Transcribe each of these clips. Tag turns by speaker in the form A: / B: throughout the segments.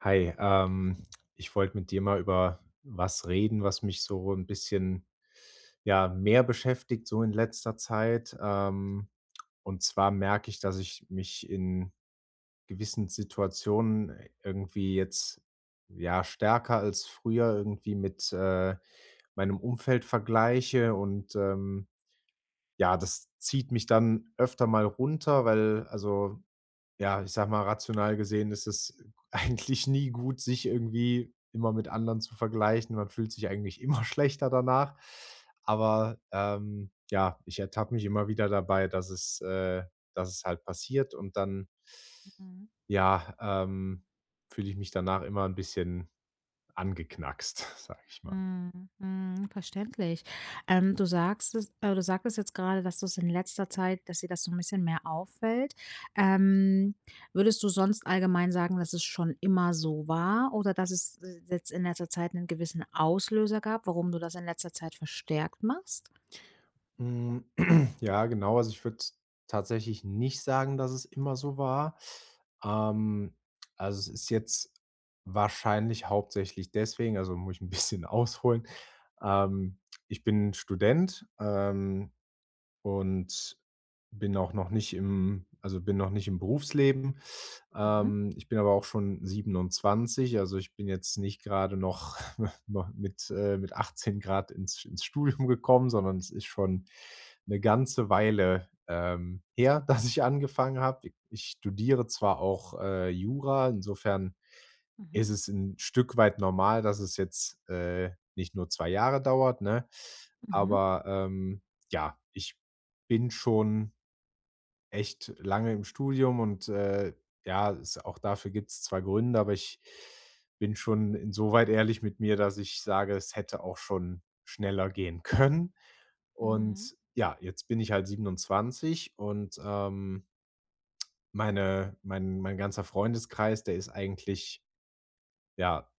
A: Hi, ich wollte mit dir mal über was reden, was mich so ein bisschen, ja, mehr beschäftigt so in letzter Zeit. Und zwar merke ich, dass ich mich in gewissen Situationen irgendwie jetzt, ja, stärker als früher irgendwie mit, meinem Umfeld vergleiche und, ja, das zieht mich dann öfter mal runter, weil also ja, ich sage mal, rational gesehen ist es eigentlich nie gut, sich irgendwie immer mit anderen zu vergleichen. Man fühlt sich eigentlich immer schlechter danach. Aber, ja, ich ertappe mich immer wieder dabei, dass es halt passiert und dann,
B: Mhm.
A: ja, fühle ich mich danach immer ein bisschen angeknackst, sage ich mal.
B: Mhm. Mhm. Verständlich. Du sagst es, du sagtest jetzt gerade, dass du es in letzter Zeit, dass dir das so ein bisschen mehr auffällt. Ähm, Würdest du sonst allgemein sagen, dass es schon immer so war oder dass es jetzt in letzter Zeit einen gewissen Auslöser gab, warum du das in letzter Zeit verstärkt machst?
A: Hm, ja, genau. Also, ich würde tatsächlich nicht sagen, dass es immer so war. Ähm, also, es ist jetzt wahrscheinlich hauptsächlich deswegen also, muss ich ein bisschen ausholen. Ähm, Ich bin Student, und bin auch noch nicht im also, bin noch nicht im Berufsleben.
B: Mhm.
A: Ich bin aber auch schon 27, also, ich bin jetzt nicht gerade noch noch mit 18 ins Studium gekommen, sondern es ist schon eine ganze Weile, her, dass ich angefangen habe. I ich studiere zwar auch, Jura, insofern
B: Mhm.
A: ist es ein Stück weit normal, dass es jetzt, nicht nur 2 Jahre dauert, ne?
B: Mhm.
A: Aber, ja, ich bin schon echt lange im Studium und, ja, es auch dafür gibt's zwar Gründe, aber ich bin schon insoweit ehrlich mit mir, dass ich sage, es hätte auch schon schneller gehen können.
B: Mhm.
A: Und ja, jetzt bin ich halt 27 und, mein ganzer Freundeskreis, der ist eigentlich, ja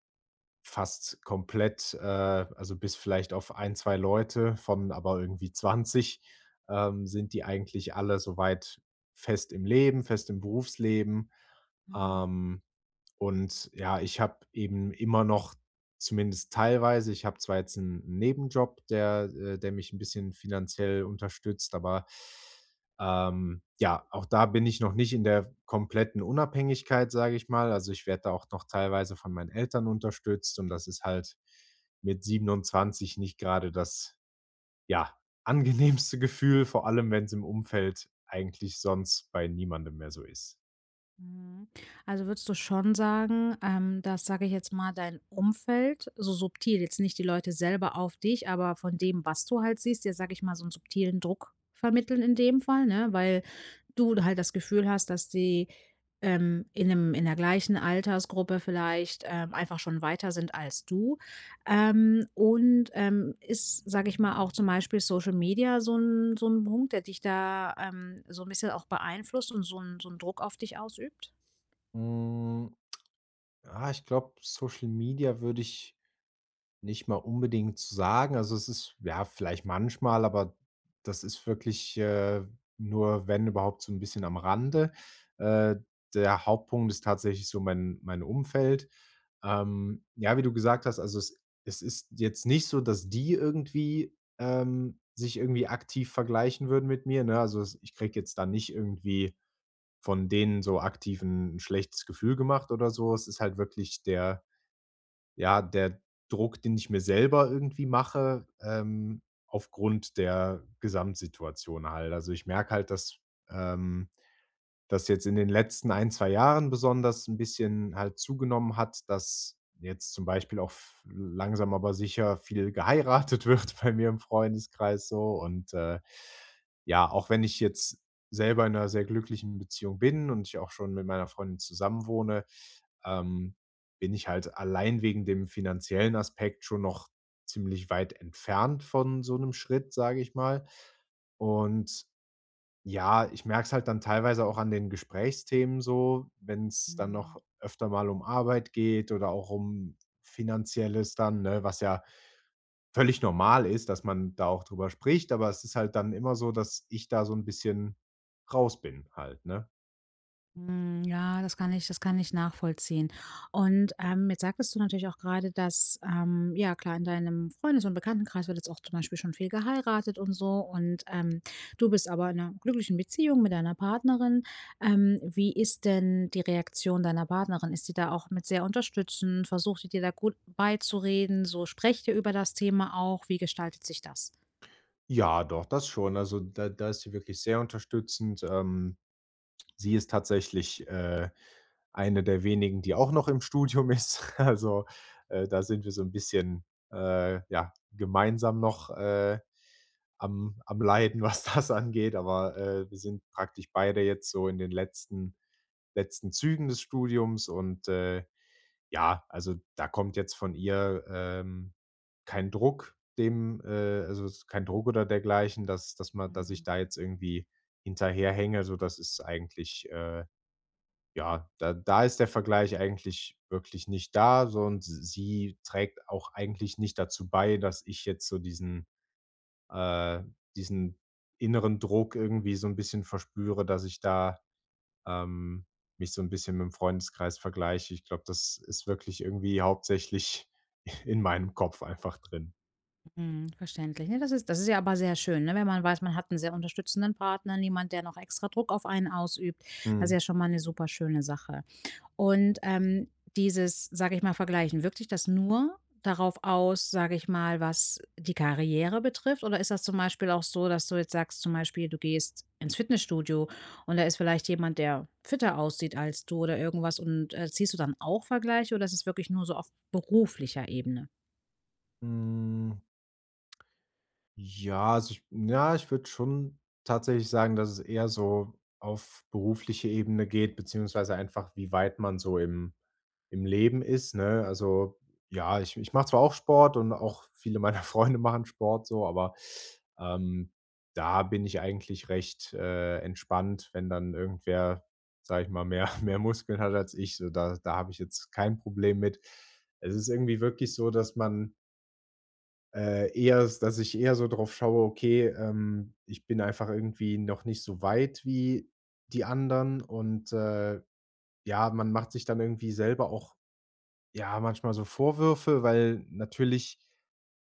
A: fast komplett, also bis vielleicht auf ein 2 Leute von aber irgendwie 20 sind die eigentlich alle soweit fest im Leben, fest im Berufsleben.
B: Mhm.
A: Ähm und ja, ich habe eben immer noch zumindest teilweise ich habe zwar jetzt einen Nebenjob, der der mich ein bisschen finanziell unterstützt, aber, ja, auch da bin ich noch nicht in der kompletten Unabhängigkeit, sage ich mal. Also, ich werde da auch noch teilweise von meinen Eltern unterstützt und das ist halt mit 27 nicht gerade das, ja, angenehmste Gefühl, vor allem wenn es im Umfeld eigentlich sonst bei niemandem mehr so ist.
B: Mhm. Also würdest du schon sagen, dass, sage ich jetzt mal, dein Umfeld so subtil, jetzt nicht die Leute selber auf dich, aber von dem, was du halt siehst, dir, sage ich mal, so einen subtilen Druck vermitteln in dem Fall, ne? Weil du halt das Gefühl hast, dass die in einem, in der gleichen Altersgruppe vielleicht einfach schon weiter sind als du. Und ist, sage ich mal, auch zum Beispiel Social Media so ein Punkt, der dich da so ein bisschen auch beeinflusst und so, ein, so einen Druck auf dich ausübt?
A: Hm. Ah, ich glaube, Social Media würde ich nicht mal unbedingt sagen. Also, es ist ja vielleicht manchmal, aber das ist wirklich, nur, wenn überhaupt, so ein bisschen am Rande. Äh, Der Hauptpunkt ist tatsächlich so mein Umfeld. Ja, wie du gesagt hast, also, es ist jetzt nicht so, dass die irgendwie, sich irgendwie aktiv vergleichen würden mit mir, ne? Also, es ich kriege jetzt da nicht irgendwie von denen so aktiv 'n schlechtes Gefühl gemacht oder so. Es ist halt wirklich der ja, der Druck, den ich mir selber irgendwie mache, aufgrund der Gesamtsituation halt. Also, ich merke halt, dass, ähm das jetzt in den letzten ein 2 Jahren besonders ein bisschen halt zugenommen hat, dass jetzt zum Beispiel auch f langsam aber sicher viel geheiratet wird bei mir im Freundeskreis so und, ja, auch wenn ich jetzt selber in einer sehr glücklichen Beziehung bin und ich auch schon mit meiner Freundin zusammenwohne, ähm, bin ich halt allein wegen dem finanziellen Aspekt schon noch ziemlich weit entfernt von so einem Schritt, sage ich mal. Und ja, ich merke es halt dann teilweise auch an den Gesprächsthemen so, wenn's dann noch öfter mal um Arbeit geht oder auch um Finanzielles dann, ne, was ja völlig normal ist, dass man da auch drüber spricht, aber es ist halt dann immer so, dass ich da so ein bisschen raus bin halt, ne?
B: Hm, ja, das kann ich nachvollziehen. Und, jetzt sagtest du natürlich auch gerade, dass, ja klar, in deinem Freundes und Bekanntenkreis wird jetzt auch zum Beispiel schon viel geheiratet und so und, du bist aber in einer glücklichen Beziehung mit deiner Partnerin. Wie ist denn die Reaktion deiner Partnerin? Ist sie da auch mit sehr unterstützend? Versucht sie dir da gut beizureden? So, sprecht ihr über das Thema auch? Wie gestaltet sich das?
A: Ja, doch, das schon. Also, da ist sie wirklich sehr unterstützend. Ähm, sie ist tatsächlich, eine der wenigen, die auch noch im Studium ist. Also, da sind wir so ein bisschen, ja, gemeinsam noch, am Leiden, was das angeht. Aber, wir sind praktisch beide jetzt so in den letzten Zügen des Studiums und, ja, also, da kommt jetzt von ihr, kein Druck, dem also, es ist kein Druck oder dergleichen, dass dass man dass ich
B: Mhm.
A: da jetzt irgendwie hinterherhänge. So, das ist eigentlich ja, da ist der Vergleich eigentlich wirklich nicht da, so und sie trägt auch eigentlich nicht dazu bei, dass ich jetzt so diesen äh, diesen inneren Druck irgendwie so ein bisschen verspüre, dass ich da, ähm, mich so ein bisschen mit dem Freundeskreis vergleiche. Ich glaube, das ist wirklich irgendwie hauptsächlich in meinem Kopf einfach drin.
B: Mhm, verständlich. Ne, das ist ja aber sehr schön, ne, wenn man weiß, man hat einen sehr unterstützenden Partner, niemand, der noch extra Druck auf einen ausübt. Das ist
A: Mhm.
B: ja schon mal eine super schöne Sache. Und, dieses, sage ich mal, Vergleichen, wirkt sich das nur darauf aus, sage ich mal, was die Karriere betrifft? Oder ist das zum Beispiel auch so, dass du jetzt sagst, zum Beispiel, du gehst ins Fitnessstudio und da ist vielleicht jemand, der fitter aussieht als du oder irgendwas und, ziehst du dann auch Vergleiche oder ist es wirklich nur so auf beruflicher Ebene?
A: Hm. Ja, also ich ja, ich würde schon tatsächlich sagen, dass es eher so auf berufliche Ebene geht, beziehungsweise einfach, wie weit man so im im Leben ist, ne? Also, ja, ich mache zwar auch Sport und auch viele meiner Freunde machen Sport so, aber, ähm, da bin ich eigentlich recht, entspannt, wenn dann irgendwer, sage ich mal, mehr mehr Muskeln hat als ich, so da habe ich jetzt kein Problem mit. Es ist irgendwie wirklich so, dass man eher s dass ich eher so drauf schaue, okay, ich bin einfach irgendwie noch nicht so weit wie die anderen und, ja, man macht sich dann irgendwie selber auch, ja, manchmal so Vorwürfe, weil natürlich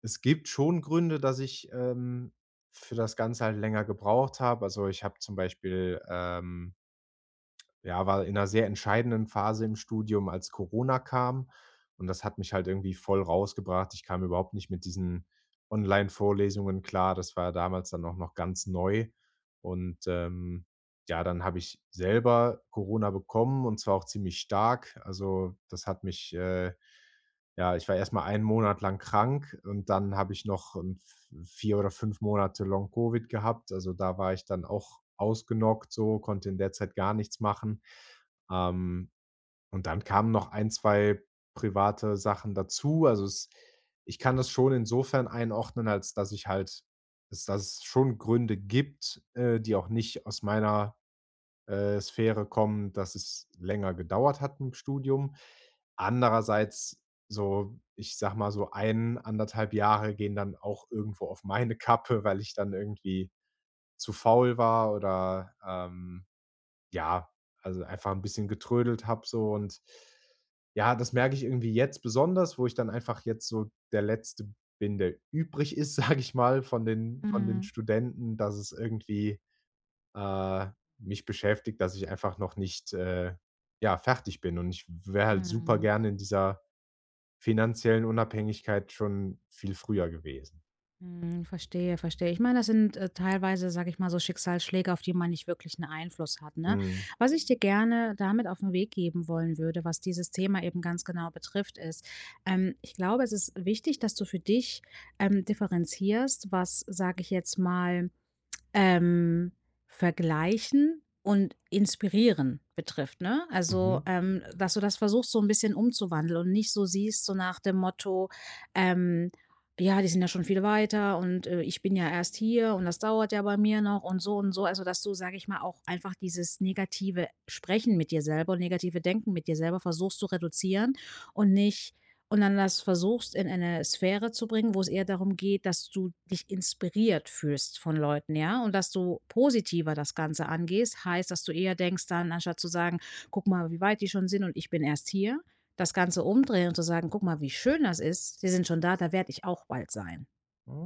A: es gibt schon Gründe, dass ich, für das Ganze halt länger gebraucht habe. Also, ich habe zum Beispiel, ja, war in einer sehr entscheidenden Phase im Studium, als Corona kam und das hat mich halt irgendwie voll rausgebracht. Ich kam überhaupt nicht mit diesen Online-Vorlesungen klar. Das war damals dann auch noch ganz neu und, ja, dann habe ich selber Corona bekommen und zwar auch ziemlich stark. Also, das hat mich, ja, ich war erst mal 1 Monat lang krank und dann habe ich noch, v 4 oder 5 Monate Long Covid gehabt. Also, da war ich dann auch ausgenockt so, konnte in der Zeit gar nichts machen. Ähm, und dann kamen noch ein 2 private Sachen dazu. Also, es ich kann das schon insofern einordnen, als dass ich halt es schon Gründe gibt, die auch nicht aus meiner Sphäre kommen, dass es länger gedauert hat im Studium. Andererseits so, ich sag mal, so ein 1,5 Jahre gehen dann auch irgendwo auf meine Kappe, weil ich dann irgendwie zu faul war oder, ja, also einfach ein bisschen getrödelt habe so und ja, das merke ich irgendwie jetzt besonders, wo ich dann einfach jetzt so der Letzte bin, der übrig ist, sage ich mal, von den
B: Mhm,
A: Studenten, dass es irgendwie äh, mich beschäftigt, dass ich einfach noch nicht, ja, fertig bin. Und ich wäre halt super
B: mhm.
A: gerne in dieser finanziellen Unabhängigkeit schon viel früher gewesen.
B: Hm, verstehe, verstehe. Ich meine, das sind, teilweise, sage ich mal, so Schicksalsschläge, auf die man nicht wirklich einen Einfluss hat, ne?
A: Mhm.
B: Was ich dir gerne damit auf den Weg geben wollen würde, was dieses Thema eben ganz genau betrifft, ist, ich glaube, es ist wichtig, dass du für dich, differenzierst, was, sage ich jetzt mal ähm, vergleichen und inspirieren betrifft, ne? Also,
A: Mhm.
B: dass du das versuchst, so ein bisschen umzuwandeln und nicht so siehst, so nach dem Motto, ähm: „Ja, die sind ja schon viel weiter und, ich bin ja erst hier und das dauert ja bei mir noch und so und so.“ Also, dass du, sage ich mal, auch einfach dieses negative Sprechen mit dir selber und negative Denken mit dir selber versuchst zu reduzieren und nicht und dann das versuchst, in eine Sphäre zu bringen, wo es eher darum geht, dass du dich inspiriert fühlst von Leuten, ja? Und dass du positiver das Ganze angehst. Heißt, dass du eher denkst dann, anstatt zu sagen: „Guck mal, wie weit die schon sind und ich bin erst hier“, das Ganze umdrehen und zu sagen: „Guck mal, wie schön das ist. Sie sind schon da, da werde ich auch bald sein.“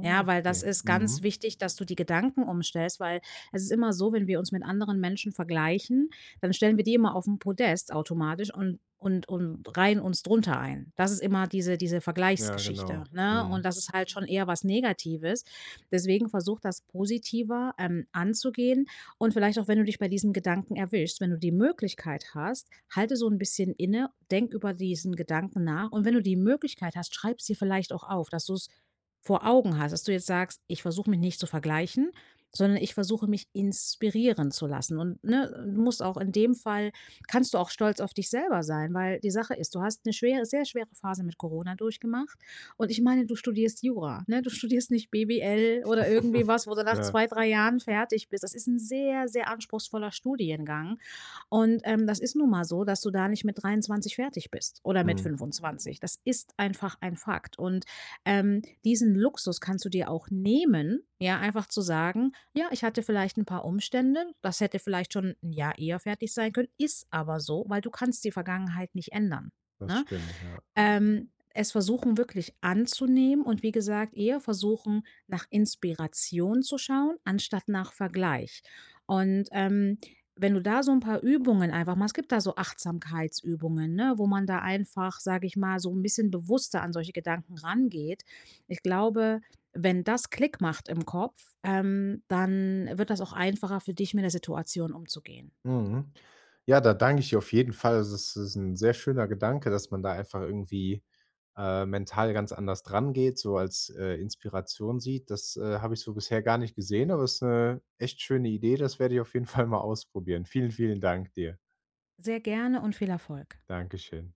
B: Ja, weil das
A: okay.
B: ist ganz
A: Mhm.
B: wichtig, dass du die Gedanken umstellst, weil es ist immer so, wenn wir uns mit anderen Menschen vergleichen, dann stellen wir die immer auf 'n Podest automatisch und und reihen uns drunter ein. Das ist immer diese
A: Ja,
B: Vergleichsgeschichte,
A: genau.
B: ne? Und
A: Mhm.
B: das ist halt schon eher was Negatives. Deswegen versuch das positiver, anzugehen und vielleicht auch, wenn du dich bei diesem Gedanken erwischst, wenn du die Möglichkeit hast, halte so ein bisschen inne, denk über diesen Gedanken nach und wenn du die Möglichkeit hast, schreib sie vielleicht auch auf, dass du's vor Augen hast, dass du jetzt sagst: „Ich versuche mich nicht zu vergleichen, sondern ich versuche mich inspirieren zu lassen.“ Und, ne, du musst auch in dem Fall kannst du auch stolz auf dich selber sein, weil die Sache ist, du hast eine schwere sehr schwere Phase mit Corona durchgemacht und ich meine, du studierst Jura, ne? Du studierst nicht BWL oder irgendwie was, wo du nach
A: Ja.
B: 2 3 Jahren fertig bist. Das ist ein sehr, sehr anspruchsvoller Studiengang und das ist nun mal so, dass du da nicht mit 23 fertig bist oder mit
A: Mhm.
B: 25. Das ist einfach ein Fakt. Und diesen Luxus kannst du dir auch nehmen, ja, einfach zu sagen, ja, ich hatte vielleicht ein paar Umstände, das hätte vielleicht schon 1 Jahr eher fertig sein können, ist aber so, weil du kannst die Vergangenheit nicht ändern.
A: Das
B: Ne?
A: stimmt, ja.
B: Ähm, es versuchen wirklich anzunehmen und wie gesagt, eher versuchen, nach Inspiration zu schauen, anstatt nach Vergleich. Und, wenn du da so ein paar Übungen einfach mal es gibt da so Achtsamkeitsübungen, ne, wo man da einfach, sage ich mal, so ein bisschen bewusster an solche Gedanken rangeht. Ich glaube, wenn das Klick macht im Kopf, dann wird das auch einfacher für dich, mit der Situation umzugehen.
A: Mhm. Ja, da danke ich dir auf jeden Fall. Also, das ist ein sehr schöner Gedanke, dass man da einfach irgendwie, mental ganz anders dran geht, so als, Inspiration sieht. Das, habe ich so bisher gar nicht gesehen, aber es ist eine echt schöne Idee. Das werde ich auf jeden Fall mal ausprobieren. Vielen, vielen Dank dir.
B: Sehr gerne und viel Erfolg.
A: Dankeschön.